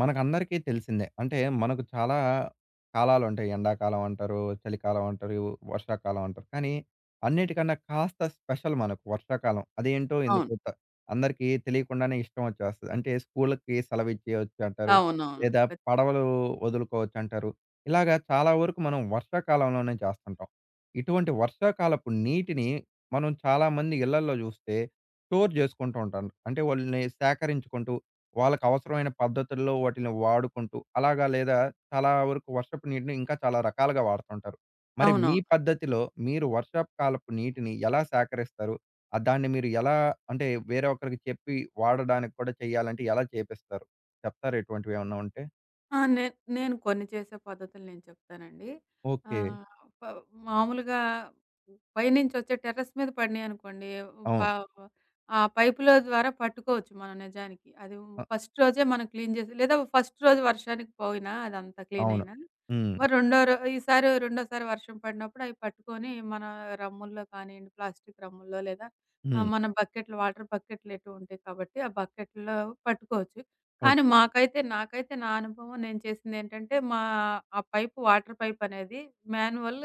మనకందరికీ తెలిసిందే. అంటే మనకు చాలా కాలాలు ఉంటాయి. ఎండాకాలం అంటారు, చలికాలం అంటారు, వర్షాకాలం అంటారు. కానీ అన్నిటికన్నా కాస్త స్పెషల్ మనకు వర్షాకాలం. అదేంటో అవును. ఎందుకో అందరికీ తెలియకుండానే ఇష్టం వచ్చేస్తది. అంటే స్కూళ్ళకి సెలవిచ్చేయొచ్చు అంటారు. అవునవును. లేదా ఖచ్ పడవలు వదులుకోవచ్చు అంటారు. ఇలాగా చాలా వరకు మనం వర్షాకాలంలోనే చేస్తుంటాం. ఇటువంటి వర్షాకాలపు నీటిని మనం చాలామంది ఇళ్లల్లో చూస్తే స్టోర్ చేసుకుంటూ ఉంటాం. అంటే వాళ్ళని సేకరించుకుంటూ వాళ్ళకవసరమైన పద్ధతుల్లో వాటిలిని వాడుకుంటూ, అలాగా లేదా చాలా వరకు వర్షపు నీటిని ఇంకా చాలా రకాలుగా వాడుతుంటారు. మరి మీ అవునవును. పద్ధతిలో మీరు వర్షపు కాలపు నీటిని ఎలా సేకరిస్తారు? దాన్ని మీరు ఎలా అంటే వేరే ఒకరికి చెప్పి వాడడానికి కూడా చేయాలంటే ఎలా చేపిస్తారు? చెప్తారా ఇటువంటివేమన్నా ఉంటే? ఆ! నే నేను కొన్ని చేసే పద్ధతులు నేను చెప్తానండి. ఓకే. ఆహ్, ప మామూలుగా పైనుంచొచ్చే టెర్రస్ మీద పడినాయనుకోండి, ప అవును. ఆ పైపుల ద్వారా పట్టుకోవచ్చు మనం నిజానికి. అది అ! ఫస్ట్ రోజే మనం క్లీన్ చేసి లేదా ఫస్ట్ రోజు వర్షానికి పోయినా అదంతా క్లీన్ అవును. అయినా, హ్మ్. మరి రెండో రో ఈసారి రెండోసారి వర్షం పడినప్పుడు అవి పట్టుకొని మన రమ్ముల్లో కానియండి, ప్లాస్టిక్ రమ్ముల్లో లేదా హ్మ్. మన బకెట్లు వాటర్ బకెట్లు ఎటు ఉంటాయి కాబట్టి, ఆ బకెట్‌లో పట్టుకోవచ్చు. కానీ ఓకే. నాకైతే నా అనుభవం నేను చేసిందేంటంటే, ఆ పైపు వాటర్ పైపనేది మాన్యువల్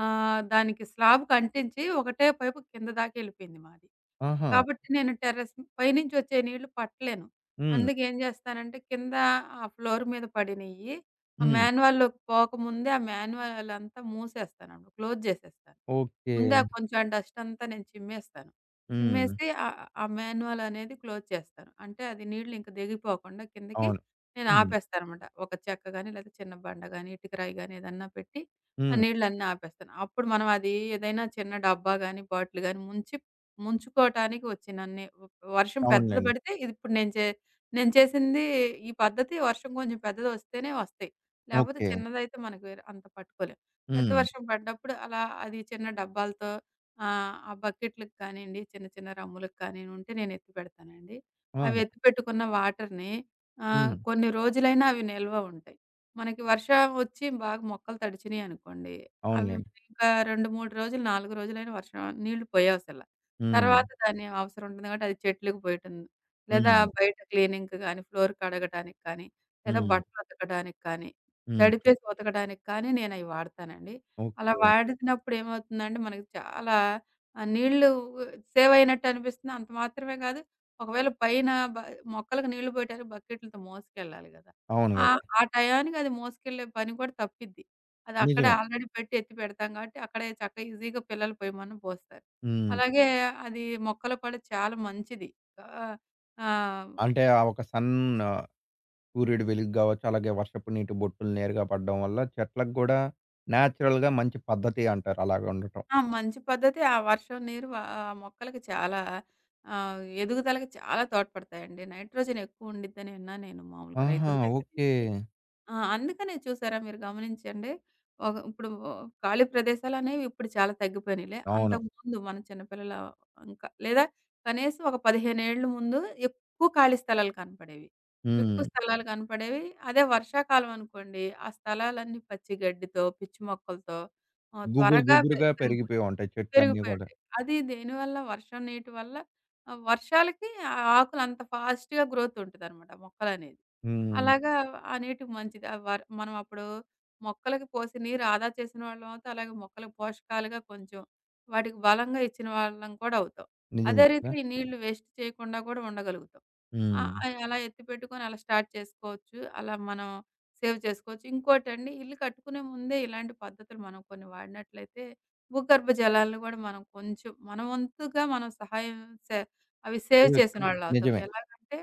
దానికి స్లాబ్‌కి అంటించి ఒకటే పైపు కింద దాకా ఎళ్ళిపోయింది మాది. ఆహా! కాబట్టి నేను టెర్రస్ పైనుంచొచ్చే నీళ్లు పట్టలేను. హ్మ్. అందుకేం చేస్తానంటే, కింద ఆ ఫ్లోర్ మీద పడినియి ఆ హ్మ్. మాన్యువల్‌లోకి పోకముందే ఆ మాన్యువల్ అంతా మూసేస్తాను. క్లోజ్ చేసేస్తాను. ఓకే. ముందే ఆ కొంచెం డస్ట్ అంతా నేను చిమ్మేస్తాను. హ్మ్. చిమ్మేసి ఆ మాన్యువల్ అనేది క్లోజ్ చేస్తాను. అంటే అది నీళ్లు ఇంక దిగిపోకుండా కిందకి అవును. నేను హ్మ్. ఆపేస్తాననమాట. ఒక చెక్క గాని, లేదా చిన్న బండ గాని, ఇటుకరాయి గాని ఏదన్నా పెట్టి ఆ హ్మ్. నీళ్ళన్నీ ఆపేస్తాను. అప్పుడు మనం అది ఏదైనా చిన్న డబ్బా గాని, బాటిల్ గాని ముంచి ముంచుకోవటానికి వచ్చినన్ని వ వర్షం పెద్దది అవునులెండి. పడితే ఇదిప్పుడు నేను చే నేను చేసింది ఈ పద్ధతి వర్షం కొంచెం పెద్దది వస్తేనే వస్తాయి. లేపోతే ఓకే. చిన్నదైతే మనకు వేరే అంత పట్టుకోలేం. పెద్ద హ్మ్. వర్షం పడ్డప్పుడు అలా అది చిన్న డబ్బాలతో ఆ! ఆ బకెట్‌లకి కానియండి, చిన్న చిన్న రమ్ములకి కానీ ఉంటే నేను ఎత్తి పెడతానండి. అవి ఆ! ఎత్తి పెట్టుకున్న వాటర్‌ని హ్మ్. కొన్ని రోజులైనా అవి నిల్వ ఉంటాయి. మనకి వర్షం వచ్చి బాగా మొక్కలు తడిచినాయి అనుకోండి, అవి అవునులెండి. ఇంకా 2, 3 రోజులు, 4 రోజులైనా వర్షం నీళ్లు పోయవసల. హ్మ్. తర్వాత దాని అవసరం ఉంటుంది కాబట్టి అది చెట్లుకి పోయటం, లేదా హ్మ్. బయట క్లీనింగ్‌కి గానీ, ఫ్లోర్ కడగటానికి కానీ, లేదా హ్మ్. బట్టలు ఉతకడానికి కానీ, హ్మ్. తడిపేసి ఉతకడానికి కానీ నేనయి వాడతానండి. అలా ఓకే. వాడినప్పుడు ఏమవుతుందంటే మనకి చాలా నీళ్ళు సేవ్ అయినట్టు అనిపిస్తుంది. అంత మాత్రమే కాదు, ఒకవేళ పైన బ మొక్కలకు నీళ్ళు పోయటానికి బకెట్లతో మోసుకెళ్ళాలి గదా! అవును ఆ గదా! ఆ టయానికి అది మోసుకెళ్ళే పని కూడా తప్పిద్ది. అది అక్కడే నిజమే. ఆల్రెడీ పెట్టి ఎత్తి పెడతాం కాబట్టి, అక్కడే చక్కగా ఈజీగా పిల్లలు పొయ్యమని పోస్తారు. హ్మ్. అలాగే అది మొక్కలకు కూడా చాలా మంచిది. ఆహ్, ఆ! అంటే ఆ ఒక సన్ సూర్యుడి వెలుగు గావచ్చు, అలాగే వర్షపు నీటి బొట్టులు నేరుగా పడడం వల్ల చెట్లకు గూడా నేచురల్‌గా మంచి పద్ధతి అంటారు అలాగ ఉండటం. ఆ! మంచి పద్ధతి. ఆ వర్షం నీరు వ ఆహ్, మొక్కలకి చాలా ఎదుగుదలకి చాలా తోడ్పడతాయండి. నైట్రోజన్ ఎక్కువ ఉండిద్దని విన్నా నేను మామూలుగా ఆహా! రైతుల దగ్గర ఓకే. నుంచి. ఆ! అందుకనే చూసారా మీరు గమనించండి. ఒక ఇప్పుడు ఖాళీ ప్రదేశాలనేవి ఇప్పుడు చాలా తగ్గిపోయినాయిలే. అవును. అంతకుముందు మన చిన్నపిల్లల ఇంకా లేదా కనీసం ఒక 15 ఏళ్ళు ముందు ఎక్కువ ఖాళీ స్థలాలు కనపడేవి. ఎక్కువ హ్మ్. స్థలాలు కనపడేవి. అదే వర్షాకాలం అనుకోండి, ఆ స్థలాలన్నీ పచ్చి గడ్డితో, పిచ్చి మొక్కలతో గుబురు త్వరగా పె గుబురుగా పెరుగు పెరిగిపోయి ఉంటాయి చెట్లన్నీ పెరిగిపోయి గూడా. ఉంటాయి. అది దేనివల్ల వర్షం నీటి వల్ల వర్షాలకి ఆ ఆకులు అంత ఫాస్ట్‌గా గ్రోత్ ఉంటదనమాట మొక్కలనేది. హ్మ్. హ్మ్. అలాగా ఆ నీటికి మంచిది. ఆ వర్ మనం అప్పుడు మొక్కలకి పోసి నీరు ఆదా చేసిన వాళ్ళం అవుతాం. అలాగే మొక్కలకు పోషకాలుగా కొంచెం వాటికి బలంగా ఇచ్చిన వాళ్ళం కూడా అవుతాం. అదే నిజమే కదా! రీతిలో ఈ నీళ్లు వేస్ట్ చేయకుండా కూడా ఉండగలుగుతాం. ఆ! హ్మ్. అయి అలా ఎత్తిపెట్టుకొని అలా స్టార్ట్ చేసుకోవచ్చు. అలా మనం సేవ్ చేసుకోవచ్చు. ఇంకోటండి ఇల్లు కట్టుకునే ముందే ఇలాంటి పద్ధతులు మనం కొన్ని వాడినట్లయితే భూగర్భ జలాలను గూడా మనం కొంచెం మన వంతుగా మనం సహాయం సే అవి సేవ్ హ్మ్. చేయొచ్చు. చేసినోళ్ళవుతాం. నిజమే. ఎలాగంటే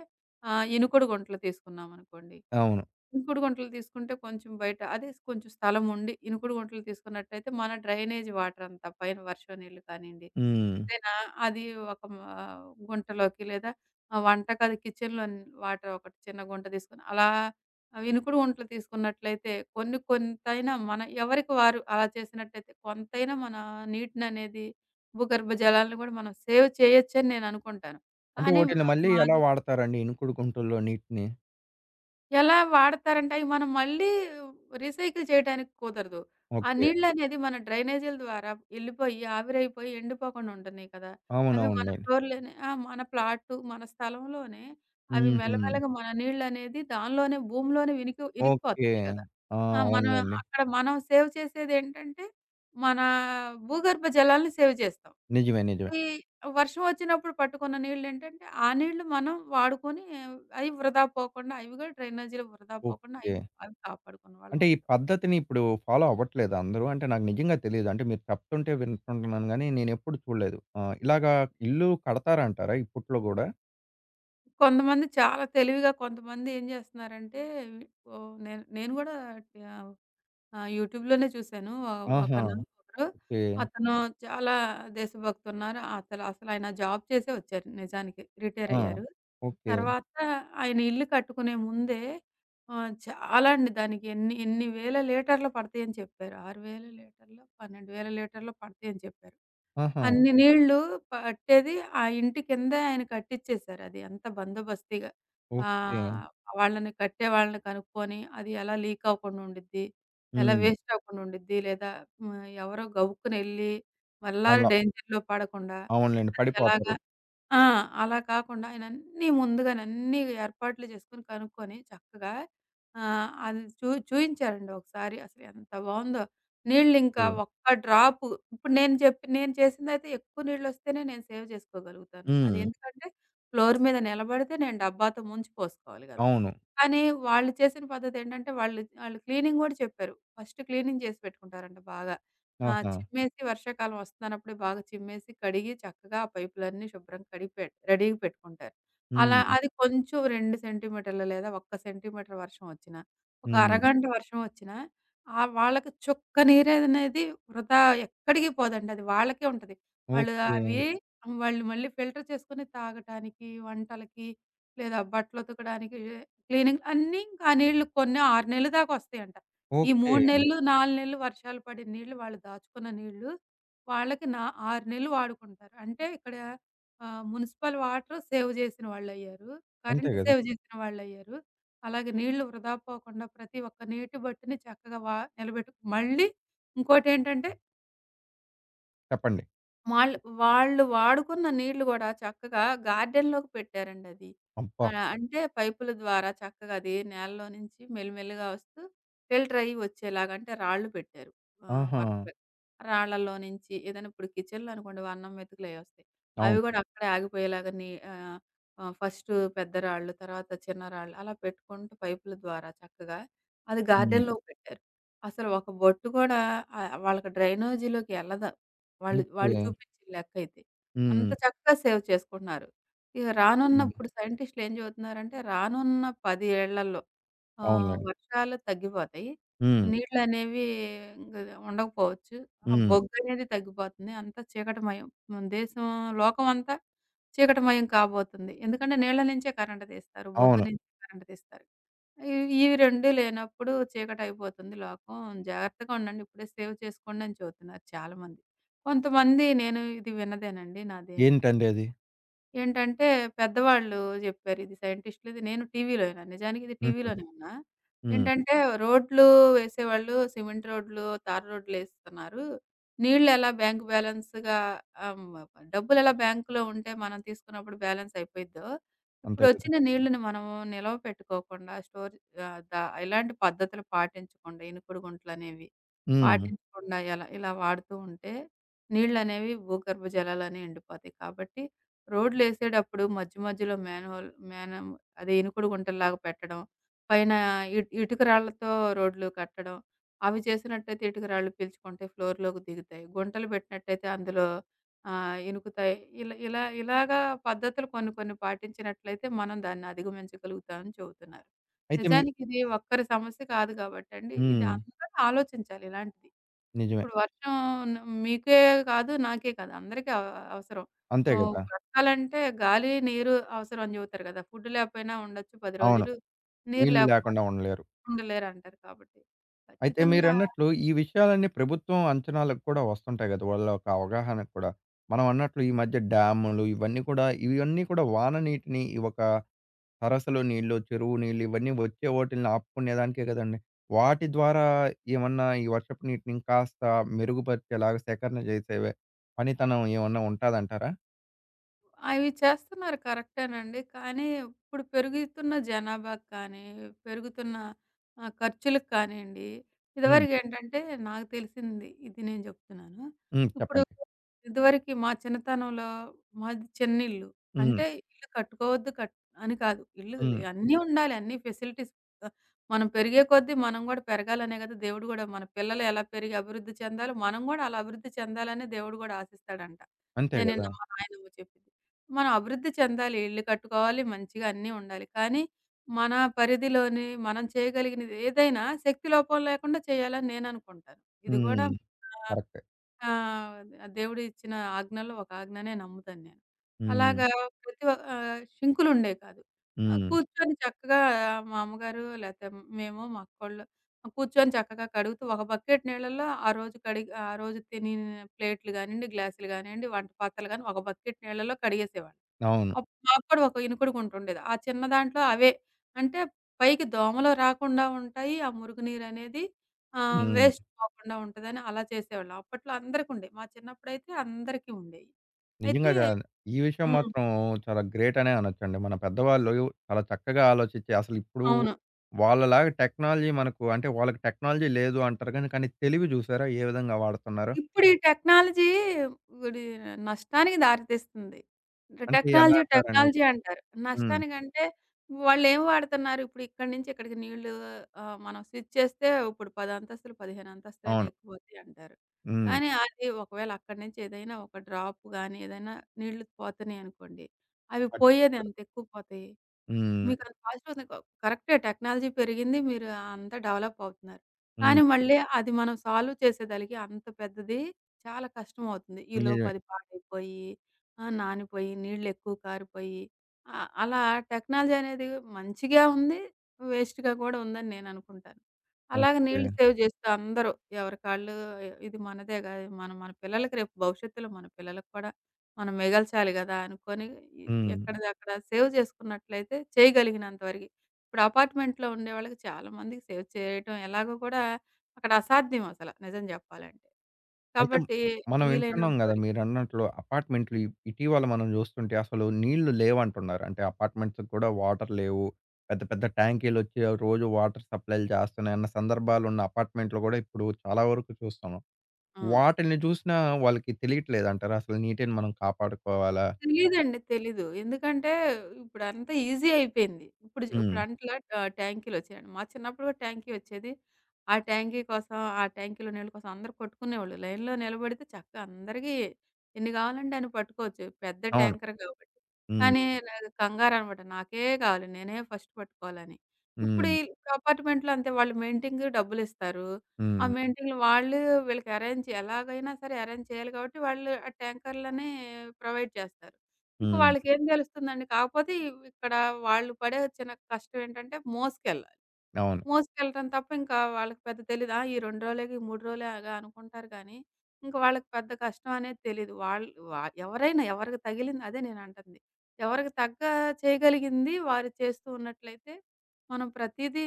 ఇనుకుడు గుంటలు తీసుకున్నామనుకోండి. అవును. ఇంకుడు గుంటలు తీసుకుంటే కొంచెం బయట అదే కొంచెం స్థలం ఉండి ఇనుకుడు గుంటలు తీసుకున్నట్టయితే మన డ్రైనేజ్ వాటర్ అంతా పైన వర్షం నీళ్ళు కానియండి, హ్మ్. ఏదైనా అది ఒక మ గుంటలోకి లేదా వంటగది కిచెన్‌లో వాటర్ ఒకటి చిన్న గుంట తీసుకొని అలా ఇనుకుడు గుంటలు తీసుకున్నట్లయితే కొన్ని కొంతైనా మన ఎవరికి వారు అలా చేసినట్టయితే కొంతైనా మన నీటిననేది భూగర్భ జలాలను కూడా మనం సేవ్ చేయొచ్చని నేను అనుకుంటాను. అంటే కానీ మ ఓటిల్ని మళ్ళీ ఎలా మాది వాడతారండి ఇనుకుడు గుంటల్లో నీటిని? ఎలా వాడతారంటే అవి మనం మళ్ళీ రీసైకిల్ చేయటానికి కుదరదు. ఆ ఓకే. నీళ్ళనేది మన డ్రైనేజీల ద్వారా ఎళ్ళిపోయి, ఆవిరైపోయి ఎండిపోకుండా ఉంటున్నాయి కదా! అవి మన అవునవునులెండి. ఫ్లోర్‌లోనే ఆ! మన ప్లాటు, మన స్థలంలోనే అవి హుహు. మెల్లమెల్లగా మన నీళ్ళనేది దానిలోనే భూమిలోనే ఓకే. ఇనికిపోతున్నాయి గదా! ఆ! ఆ! అవునులెండి. అక్కడ మనం సేవ్ చేసేదేంటంటే, మన భూగర్భ జలాల్ని సేవ్ చేస్తాం. నిజమే. నిజమే. ఇది వర్షం వచ్చినప్పుడు పట్టుకున్న నీళ్ళేంటంటే, ఆ నీళ్ళు మనం వాడుకొని అయి వృధా పోకుండా అవి కూడా డ్రైనేజీలో వృధా పోకుండా అవి ఓకే. అవి కాపాడుకున్న వాళ్ళం అంటే ఈ అవుతాం. పద్ధతిని ఇప్పుడు ఫాలో అవ్వట్లేదా అందరూ? అంటే నాకు నిజంగా తెలీదు. అంటే మీరు చెప్తుంటే వింటుంటున్నాను గానీ నేనెప్పుడు చూడలేదు. ఆ! ఇలాగా ఇల్లు కడతారంటారా ఇప్పట్లో గూడా? కొంతమంది చాలా తెలివిగా కొంతమంది ఏం చేస్తున్నారంటే, ఓహ్! నేను నేను కూడా ఆహ్ ఆ! యూట్యూబ్‌లోనే చూసాను. ఒ ఆహా! ఒకను ఒకరు ఓకే. అతను చాలా దేశభక్తున్నారు. అసలాయన జాబ్ చేసే వచ్చారు నిజానికి. రిటైర్ ఆ! అయ్యారు. ఓకే. తర్వాత ఆయన ఇల్లు కట్టుకునే ముందే చాలా అండి దానికి ఎన్ని ఎన్ని వేల లీటర్లు పడతాయని చెప్పారు. 6,000 లీటర్లో, 12,000 లీటర్లో పడతాయని చెప్పారు. ఆహా! అన్ని నీళ్ళు పట్టేది ఆ ఇంటి కిందే ఆయన కట్టిచ్చేసారు. అది అంత బందోబస్తిగా. హ్మ్. ఓకే. వాళ్ళని కనుక్కొని, అది ఎలా లీక్ అవ్వకుండా ఉండిద్ది, ఎలా హ్మ్. వేస్ట్ అవ్వకుండా ఉండిద్ది, లేదా హ్మ్, ఎవరో గబుక్కునెళ్లి మళ్ళా అలా. డేంజర్‌లో పడకుండా అవునులెండి. అది ఎలాగా పడిపోతారు. ఆ! అలా కాకుండా ఆయనన్నీ ముందుగానే అన్నీ ఏర్పాట్లు చేసుకొని, కనుక్కొని చక్కగా అది చూయించారండి ఒకసారి. అసలు ఎంత బావుందో! ఓకే. నీళ్ళింకా ఒక్క డ్రాపు ఇప్పుడు నేను చెప్పి నేను చేసిందైతే ఎక్కువ నీళ్ళొస్తేనే నేను సేవ్ చేసుకోగలుగుతాను. అది హ్మ్. ఎందుకంటే ఫ్లోర్ మీద నిలబడితే నేను డబ్బాతో ముంచి పోసుకోవాలి గదా! అవును. కానీ వాళ్ళు చేసిన పద్ధతేంటంటే, వాళ్ళు వాళ్ళు క్లీనింగ్ గూడా చెప్పారు. ఫస్ట్ క్లీనింగ్ చేసి పెట్టుకుంటారంట బాగా. ఆహా! చిమ్మేసి వర్షాకాలం వస్తన్నప్పుడే బాగా చిమ్మేసి, కడిగి చక్కగా ఆ పైపులన్నీ శుభ్రంగా కడిగి పెట్ రెడీగా పెట్టుకుంటారు. అలా హ్మ్. అది కొంచెం 2 సెంటీమీటర్లు లేదా 1 సెంటీమీటర్ వర్షం వచ్చినా, ఒక హ్మ్. అరగంట వర్షం వచ్చినా, వాళ్ళకి చుక్క నీరనేది వృధా ఎక్కడికి పోదండి. అది వాళ్ళకే ఉంటది. వాళ్ళు ఓకే. అవి వాళ్ళు మళ్ళీ ఫిల్టర్ చేసుకొని తాగటానికి, వంటలకి లేదా బట్టలు ఉతకడానికి, క్లీనింగ్ అన్నీ ఇంకా ఆ నీళ్లు కొన్ని 6 నెలలు దాకా వస్తాయంట. ఈ ఓకే. 3 ఓకే. నెలలు, 4 నెలలు వర్షాలు పడిన నీళ్లు వాళ్ళు దాచుకున్న నీళ్లు వాళ్ళకి నా 6 నెలలు వాడుకుంటారు. అంటే ఇక్కడ మునిసిపల్ వాటర్ సేవ్ చేసిన వాళ్ళయ్యారు. అంతే కరెంట్ గదా! సేవ్ చేసిన వాళ్ళయ్యారు. అలాగే నీళ్లు వృధా పోకుండా ప్రతి ఒక్క నీటి బొట్టుని చక్కగా నిలబెట్టు మళ్ళీ ఇంకోటేంటంటే చెప్పండి. వాళ్ళు వాళ్ళు వాడుకున్న నీళ్ళు గూడా చక్కగా గార్డెన్‌లోకి పెట్టారండది. అబ్బా! అంటే పైపుల ద్వారా చక్కగా అది నేలలో నుంచి మెల్లిమెల్లిగా వస్తూ ఫిల్టర్ అయ్యి వచ్చేలాగా అంటే రాళ్ళు పెట్టారు. ఆహా! వరుసగా రాళ్ళలో నుంచి ఏదైనా ఇప్పుడు కిచెన్‌లో అనుకోండి అన్నం మెతుకులయ్యొస్తాయి. అవి అవును. గూడా అక్కడే ఆగిపోయేలాగా ఫస్టు పెద్ద రాళ్ళు, తర్వాత చిన్న రాళ్ళు అలా పెట్టుకుంటూ పైపుల ద్వారా చక్కగా అది హ్మ్. గార్డెన్‌లోకి పెట్టారు. అసలు ఒక బొట్టు గూడా వాళ్ళకి డ్రైనేజీలోకి ఎళ్ళదు. వాళ్ళు వాళ్ళు ఓకే. చూపించిన లెక్కయితే. అంత హ్మ్. చక్కగా సేవ్ చేసుకుంటున్నారు. ఇక హ్మ్. రానున్నప్పుడు సైంటిస్ట్‌లేం చెబుతున్నారంటే రానున్న 10 ఏళ్లలో ఆ! అవునులెండి. వర్షాలు తగ్గిపోతాయి. హ్మ్. నీళ్ళనేవి ఇంగ ఉండకపోవచ్చు. ఆ హ్మ్. బొగ్గనేది తగ్గిపోతుంది. అంతా చీకటిమయం. మన దేశం లోకమంతా చీకటిమయం కాబోతుంది. ఎందుకంటే నీళ్ళ నుంచే కరెంట్ తీస్తారు. బొగ్గు అవును. నుంచి కరెంట్ తీస్తారు. ఇవి ఇవి 2 లేనప్పుడు చీకటయిపోతుంది లోకం. జాగ్రత్తగా ఉండండి. ఇప్పుడే సేవ్ చేసుకోండని చెబుతున్నారు చాలామంది. కొంతమంది నేను ఇది విన్నదేనండి నాదేం ఏంటండి అది? ఏంటంటే పెద్దవాళ్ళు జెప్పారు. ఇది నేను టీవీలో విన్నా. నిజానికి ఇది హుహు. టీవీలోనే విన్నా. హ్మ్. ఏంటంటే రోడ్లు వేసేవాళ్ళు సిమెంట్ రోడ్లు, తారు రోడ్లేస్తున్నారు. నీళ్ళు ఎలా బ్యాంక్ బ్యాలెన్స్‌గా ఆహ్, హ్మ్. డబ్బులెలా బ్యాంక్‌లో ఉంటే మనం తీసుకున్నప్పుడు బ్యాలెన్స్ అయిపోయిద్దో, అంతే కదా! ఇప్పుడొచ్చిన నీళ్ళని మనము నిలవ పెట్టుకోకుండా స్టోర్ ఆహ్, దా ఇలాంటి పద్ధతులు పాటించకుండా ఇనుకుడు గుంటలనేవి హ్మ్. పాటించకుండా ఎలా ఇలా వాడుతూ ఉంటే నీళ్ళనేవి భూగర్భ జలాలనేవి ఎండిపోతాయి. కాబట్టి రోడ్లేసేటప్పుడు మధ్య మధ్యలో మ్యాన్‌హోల్ మ్యాన్ అదే ఇనుకుడు గుంటల్లాగా పెట్టడం, పైన ఇటుక రాళ్ళతో రోడ్లు కట్టడం. అవి చేసినట్టయితే ఇటుక రాళ్ళు పీల్చుకుంటాయి, ఫ్లోర్‌లోకి దిగుతాయి. గుంటలు పెట్టినట్టయితే అందులో ఇనుకుతాయి. ఇలా ఇలా ఇలాగా పద్ధతులు కొన్ని కొన్ని పాటించినట్లయితే మనం దాన్ని అధిగమించగలుగుతామని చెబుతున్నారు. అయితే మీ నిజానికి ఇది ఒక్కరి సమస్య కాదు కాబట్టండి, ఇది హ్మ్. అందరూ ఆలోచించాలి ఇలాంటిది. నిజమే. ఇప్పుడు వర్షం న్ మీకే కాదు, నాకే కాదు అందరికీ అవసరం. అంతే గదా! బ్రతకాలంటే గాలి, నీరు అవసరం అని చెబుతారు కదా! ఫుడ్ లేకపోయినా ఉండొచ్చు 10 అవును. రోజులు. నీరు నీళ్లు లేకపోతే లేకుండా ఉండలేరు. ఉండలేరంటారు కాబట్టి అయితే ఖచ్చితంగా మీరన్నట్లు ఈ విషయాలన్నీ ప్రభుత్వం అంచనాలకు కూడా వస్తుంటాయి గదా! వాళ్ళ ఒక అవగాహనకు కూడా. మనం అన్నట్లు ఈ మధ్య డ్యాములు ఇవన్నీ కూడా వాన నీటిని ఈ ఒక సరస్సులు నీళ్ళు, చెరువు నీళ్ళు ఇవన్నీ వచ్చే వోటిల్ని ఆపుకునేదానికే కదండీ! వాటి ద్వారా ఏమన్నా ఈ వర్షపు నీటిని ఇంకాస్త మెరుగుపరిచేలాగా సేకరణ చేసేవే పనితనం ఏమన్నా ఉంటాదంటారా? అవి చేస్తున్నారు కరెక్టేనండి. కానీ ఇప్పుడు పెరుగుతున్న జనాభాకి కానీ, పెరుగుతున్న ఖర్చులకు కానియండి, హ్మ్. ఇదివరకేంటంటే నాకు తెలిసింది ఇది నేను చెప్తున్నాను. హ్మ్. ఇప్పుడు చెప్పండి. ఇదివరకి మా చిన్నతనంలో మాది చిన్నిల్లు. హ్మ్. అంటే ఇల్లు కట్టుకోవద్దు కట్ అని కాదు. ఇల్లు హ్మ్. అన్నీ ఉండాలి. అన్ని ఫెసిలిటీస్ ఆహ్, మనం పెరిగే కొద్దీ మనం గూడా పెరగాలనే కదా! దేవుడు గూడా మన పిల్లలు ఎలా పెరిగి అభివృద్ధి చెందాలో, మనం గూడా అలా అభివృద్ధి చెందాలనే దేవుడు గూడా ఆశిస్తాడంట. అంతే నేను నిన్న గదా! మా నాయనమ్మ చెప్పింది. మనం అభివృద్ధి చెందాలి. ఇల్లు కట్టుకోవాలి, మంచిగా అన్నీ ఉండాలి. కానీ మన పరిధిలోని మనం చేయగలిగినది ఏదైనా శక్తి లోపం లేకుండా చేయాలని నేననుకుంటాను. ఇది గూడా హ్మ్. ఆహ్, కరెక్టే. ఆహ్, దేవుడు ఇచ్చిన ఆజ్ఞల్లో ఒక ఆజ్ఞనే నమ్ముతాను నేను. హ్మ్. అలాగా షింకులుండేవి కాదు. హ్మ్. కూర్చొని చక్కగా మా అమ్మగారు లేతే మేము, మా అక్కోళ్ళు కూర్చొని చక్కగా కడుగుతూ ఒక బకెట్ నీళ్ళల్లో ఆ రోజు కడిగి ఆ రోజు తిని ప్లేట్లు గానియండి, గ్లాసులు గానియండి, వంట పాత్రలు గాని ఒక బకెట్ నీళ్ళలో కడిగేసేవాళ్ళం. అవును. మాకు కూడా ఒక ఇనుకుడు గుంటుండేది. ఆ చిన్న దాంట్లో అవే. అంటే పైకి దోమలు రాకుండా ఉంటాయి. ఆ మురుగు నీరనేది హ్మ్. వేస్ట్ పోకుండా ఉంటదని అలా చేసేవాళ్ళం. అప్పట్లో అందరికుండేయి. మా చిన్నప్పుడైతే అందరికీ ఉండేయి. అయితే నిజంగా జ ఈ విషయం హ్మ్. మాత్రం చాలా గ్రేట్ అనే అనొచ్చండి. మన పెద్దవాళ్ళు చాలా చక్కగా ఆలోచించి అసలు ఇప్పుడు అవును. వాళ్ళలాగా టెక్నాలజీ మనకు అంటే వాళ్ళకి టెక్నాలజీ లేదు అంటారు గానీ, కానీ తెలివి చూసారా ఏ విధంగా వాడుతున్నారో? ఇప్పుడు ఈ టెక్నాలజీ గుడి నష్టానికి దారితీస్తుంది. అంటే ఎలా టెక్నాలజీ, అంటారండి? టెక్నాలజీ అంటారు. హ్మ్. నష్టానికంటే వాళ్ళేం వాడుతున్నారు? ఇప్పుడు ఇక్కడి నుంచి ఇక్కడికి నీళ్లు మనం స్విచ్ చేస్తే ఇప్పుడు 10 అంతస్తులు, 15 అంతస్తులైనా అవును. ఎక్కువవుతాయి అంటారు. హ్మ్. కానీ అది ఒకవేళ అక్కడి నుంచి ఏదైనా ఒక డ్రాప్ గాని, ఏదైనా నీళ్లు పోతున్నాయనుకోండి, అవి పట్ పోయేది ఎంత ఎక్కువ పోతాయి? హ్మ్. మీకంత పాజిటివ్ ఉంది. కరెక్టే టెక్నాలజీ పెరిగింది. మీరు అంతా డెవలప్ అవుతున్నారు. కానీ హ్మ్. మళ్ళీ అది మనం సాల్వ్ చేసేదలికి అంత పెద్దది చాలా కష్టమవుతుంది. ఈలోపు నిజమే. అది పాడైపోయి, నానిపోయి, నీళ్ళెక్కువ కారిపోయి అలా టెక్నాలజీ అనేది మంచిగా ఉంది. వేస్ట్‌గా కూడా ఉందని నేననుకుంటాను. అలాగే ఓకే. నీళ్ళు సేవ్ చేస్తూ అందరూ ఎవరికాళ్ళు ఇది మనదే కదా! మనం మన పిల్లలకి రేపు భవిష్యత్తులో మన పిల్లలకి కూడా మనం మిగల్చాలి గదా! అనుకోని ఎ హ్మ్. ఎక్కడిది అక్కడ సేవ్ చేసుకున్నట్లయితే చేయగలిగినంత వరకి. ఇప్పుడు అపార్ట్‌మెంట్‌లో ఉండేవాళ్ళకి చాలా మందికి సేవ్ చేయటం ఎలాగో కూడా అక్కడ అసాధ్యం అసల నిజం జెప్పాలంటే. అయితే కాబట్టి మనం వింటున్నాం వీలైనంత గదా! వరకు. మీరన్నట్లు అపార్ట్‌మెంట్లు ఇటీవల మనం జూస్తుంటే అసలు నీళ్లు లేవంటున్నారు. అంటే అపార్ట్‌మెంట్స్‌కి కూడా వాటర్ లేవు. పెద్ద పెద్ద ట్యాంకీలొచ్చి రోజు వాటర్ సప్లైలు చేస్తున్నాయన్న సందర్భాలున్న అపార్ట్‌మెంట్లు గూడా ఇప్పుడు చాలా వరకు చూస్తున్నాం. ఆ! వాటిల్ని చూసినా వాళ్ళకి తెలియట్లేదంటారా? అసలు నీటిని మనం కాపాడుకోవాలా తెలీదండి. తెలీదు. ఎందుకంటే ఇప్పుడంతా ఈజీ అయిపోయింది. ఇప్పుడు జ ఇప్పుడు హ్మ్. అంట్ల ఆహ్, ట్యాంకీలొచ్చాయండి. మా చిన్నప్పుడు కూడా ట్యాంకీ వచ్చేది. ఆ ట్యాంకీ కోసం, ఆ ట్యాంకీలో నీళ్ళ కోసం అందరూ కొట్టుకునేవాళ్ళు. లైన్‌లో నిలబడితే చక్కగా అందరికీ ఎన్ని కావాలంటే అన్ని పట్టుకోవచ్చు. పెద్ద అవును. ట్యాంకర్ కాబట్టి. హ్మ్. కానీ నాకు కంగారనమాట. నాకే కావాలి. నేనే ఫస్ట్ పట్టుకోవాలని. ఇప్పుడు హ్మ్. ఈ అపార్ట్మెంట్‌లో అంతే వాళ్ళు మెయింటైన్‌కి డబ్బులిస్తారు. ఆ హ్మ్. మీటింగ్‌లు వీళ్ళకి అరేంజ్ ఎలాగైనా సరే అరేంజ్ చేయాలి కాబట్టి వాళ్ళు ఆ ట్యాంకర్‌లనే ప్రొవైడ్ చేస్తారు. ఇంక హ్మ్. వాళ్ళకేం తెలుస్తుందండి. కాకపోతే ఇక్కడ వాళ్ళు పడే చిన్న కష్టం ఏంటంటే మోసుకెళ్ళాలి. అవును. మోసుకెళ్ళటం తప్ప ఇంకా వాళ్ళకి పెద్ద తెలీదు. ఆ! ఈ 2 రోజులేగా, ఈ 3 రోజులేగా అనుకుంటారు గానీ, ఇంక వాళ్ళకి పెద్ద కష్టం అనేది తెలీదు. వాళ్ళు వా ఎవరైనా ఎవరికి తగిలింది అదే నేనంటుంది. ఎవరికి తగ్గ చేయగలిగింది వారు చేస్తూ ఉన్నట్లయితే, మనం ప్రతీదీ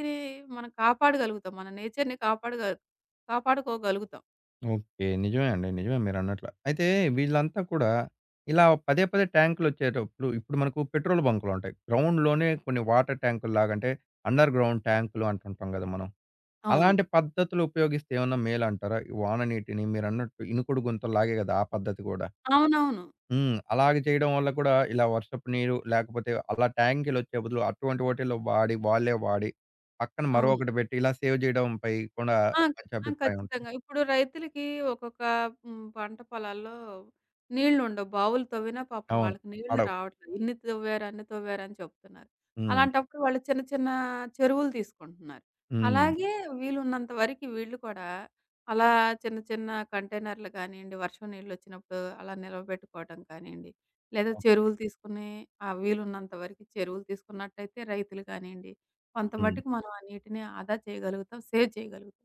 మనం కాపాడగలుగుతాం. మన నేచర్‌ని కాపాడుకోగలుగుతాం. ఓకే. నిజమే అండి. నిజమే మీరన్నట్ల. అయితే వీళ్ళంతా కూడా ఇలా పదే పదే ట్యాంకులొచ్చేటప్పుడు ఇప్పుడు మనకు పెట్రోల్ బంకులుంటాయి. గ్రౌండ్‌లోనే కొన్ని వాటర్ ట్యాంకుల్లాగా అంటే అండర్ గ్రౌండ్ ట్యాంకులు అంటుంటాం గదా మనం. అవును. అలాంటి పద్ధతులు ఉపయోగిస్తే ఏమన్నా మేలంటారా? ఈ వాన నీటిని మీరన్నట్టు ఇనుకుడు గుంతల్లాగే గదా! ఆ పద్ధతి గూడా. అవునవును. హ్మ్. అలాగ చేయడం వల్ల కూడా ఇలా వర్షపు నీరు లేకపోతే అలా ట్యాంకులొచ్చే బదులు అటువంటి వాటిల్లో వాడి వాళ్ళే వాడి పక్కన అవును. మరొకటి పెట్టి ఇలా సేవ్ జేయడంపై కూడా ఆ! మంచి ఆ! అభిప్రాయం ఉంటుంది. ఖచ్చితంగా. ఇప్పుడు రైతులకి ఒక్కొక్క హ్మ్, పంట పొలాల్లో నీళ్లుండవు. బావులు తవ్వినా పాపం అవును. వాళ్ళకి నీళ్లు పడవు. రావట్లేదు. ఇన్ని తవ్వారు, అన్ని తవ్వారు అని చెప్తున్నారు. హ్మ్. అలాంటప్పుడు వాళ్ళు చిన్న చిన్న చెరువులు తీసుకుంటున్నారు. హ్మ్. అలాగే వీలున్నంత వరకి వీళ్ళు కూడా అలా చిన్న చిన్న కంటైనర్‌లు కానియండి, వర్షం నీళ్లొచ్చినప్పుడు అలా నిలవబెట్టుకోవటం కానియండి, లేదా చెరువులు తీసుకుని ఆ వీలున్నంత వరకి చెరువులు తీసుకున్నట్టయితే రైతులు కానియండి, కొంత హ్మ్. మట్టుకు మనం ఆ నీటిని ఆదా చేయగలుగుతాం, సేవ్ చేయగలుగుతాం.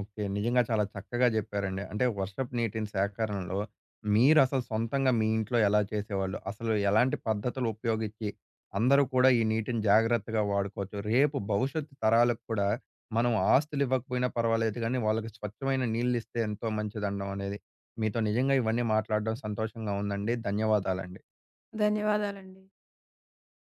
ఓకే. నిజంగా చాలా చక్కగా జెప్పారండి. అంటే వర్షపు నీటిని సేకరణలో మీరసలు సొంతంగా మీ ఇంట్లో ఎలా చేసేవాళ్ళు? అసలు ఎలాంటి పద్ధతులు ఉపయోగించి అందరూ కూడా ఈ నీటిని జాగ్రత్తగా వాడుకోవచ్చు? రేపు భవిష్యత్తు తరాలకు కూడా మనం ఆస్తులు ఇవ్వకపోయినా పర్వాలేదు గానీ, వాళ్ళకి స్వచ్ఛమైన నీళ్ళిస్తే ఎంతో మంచిదనడం అనేది మీతో నిజంగా ఇవన్నీ మాట్లాడడం సంతోషంగా ఉందండి. ధన్యవాదాలండి. ధన్యవాదాలండి.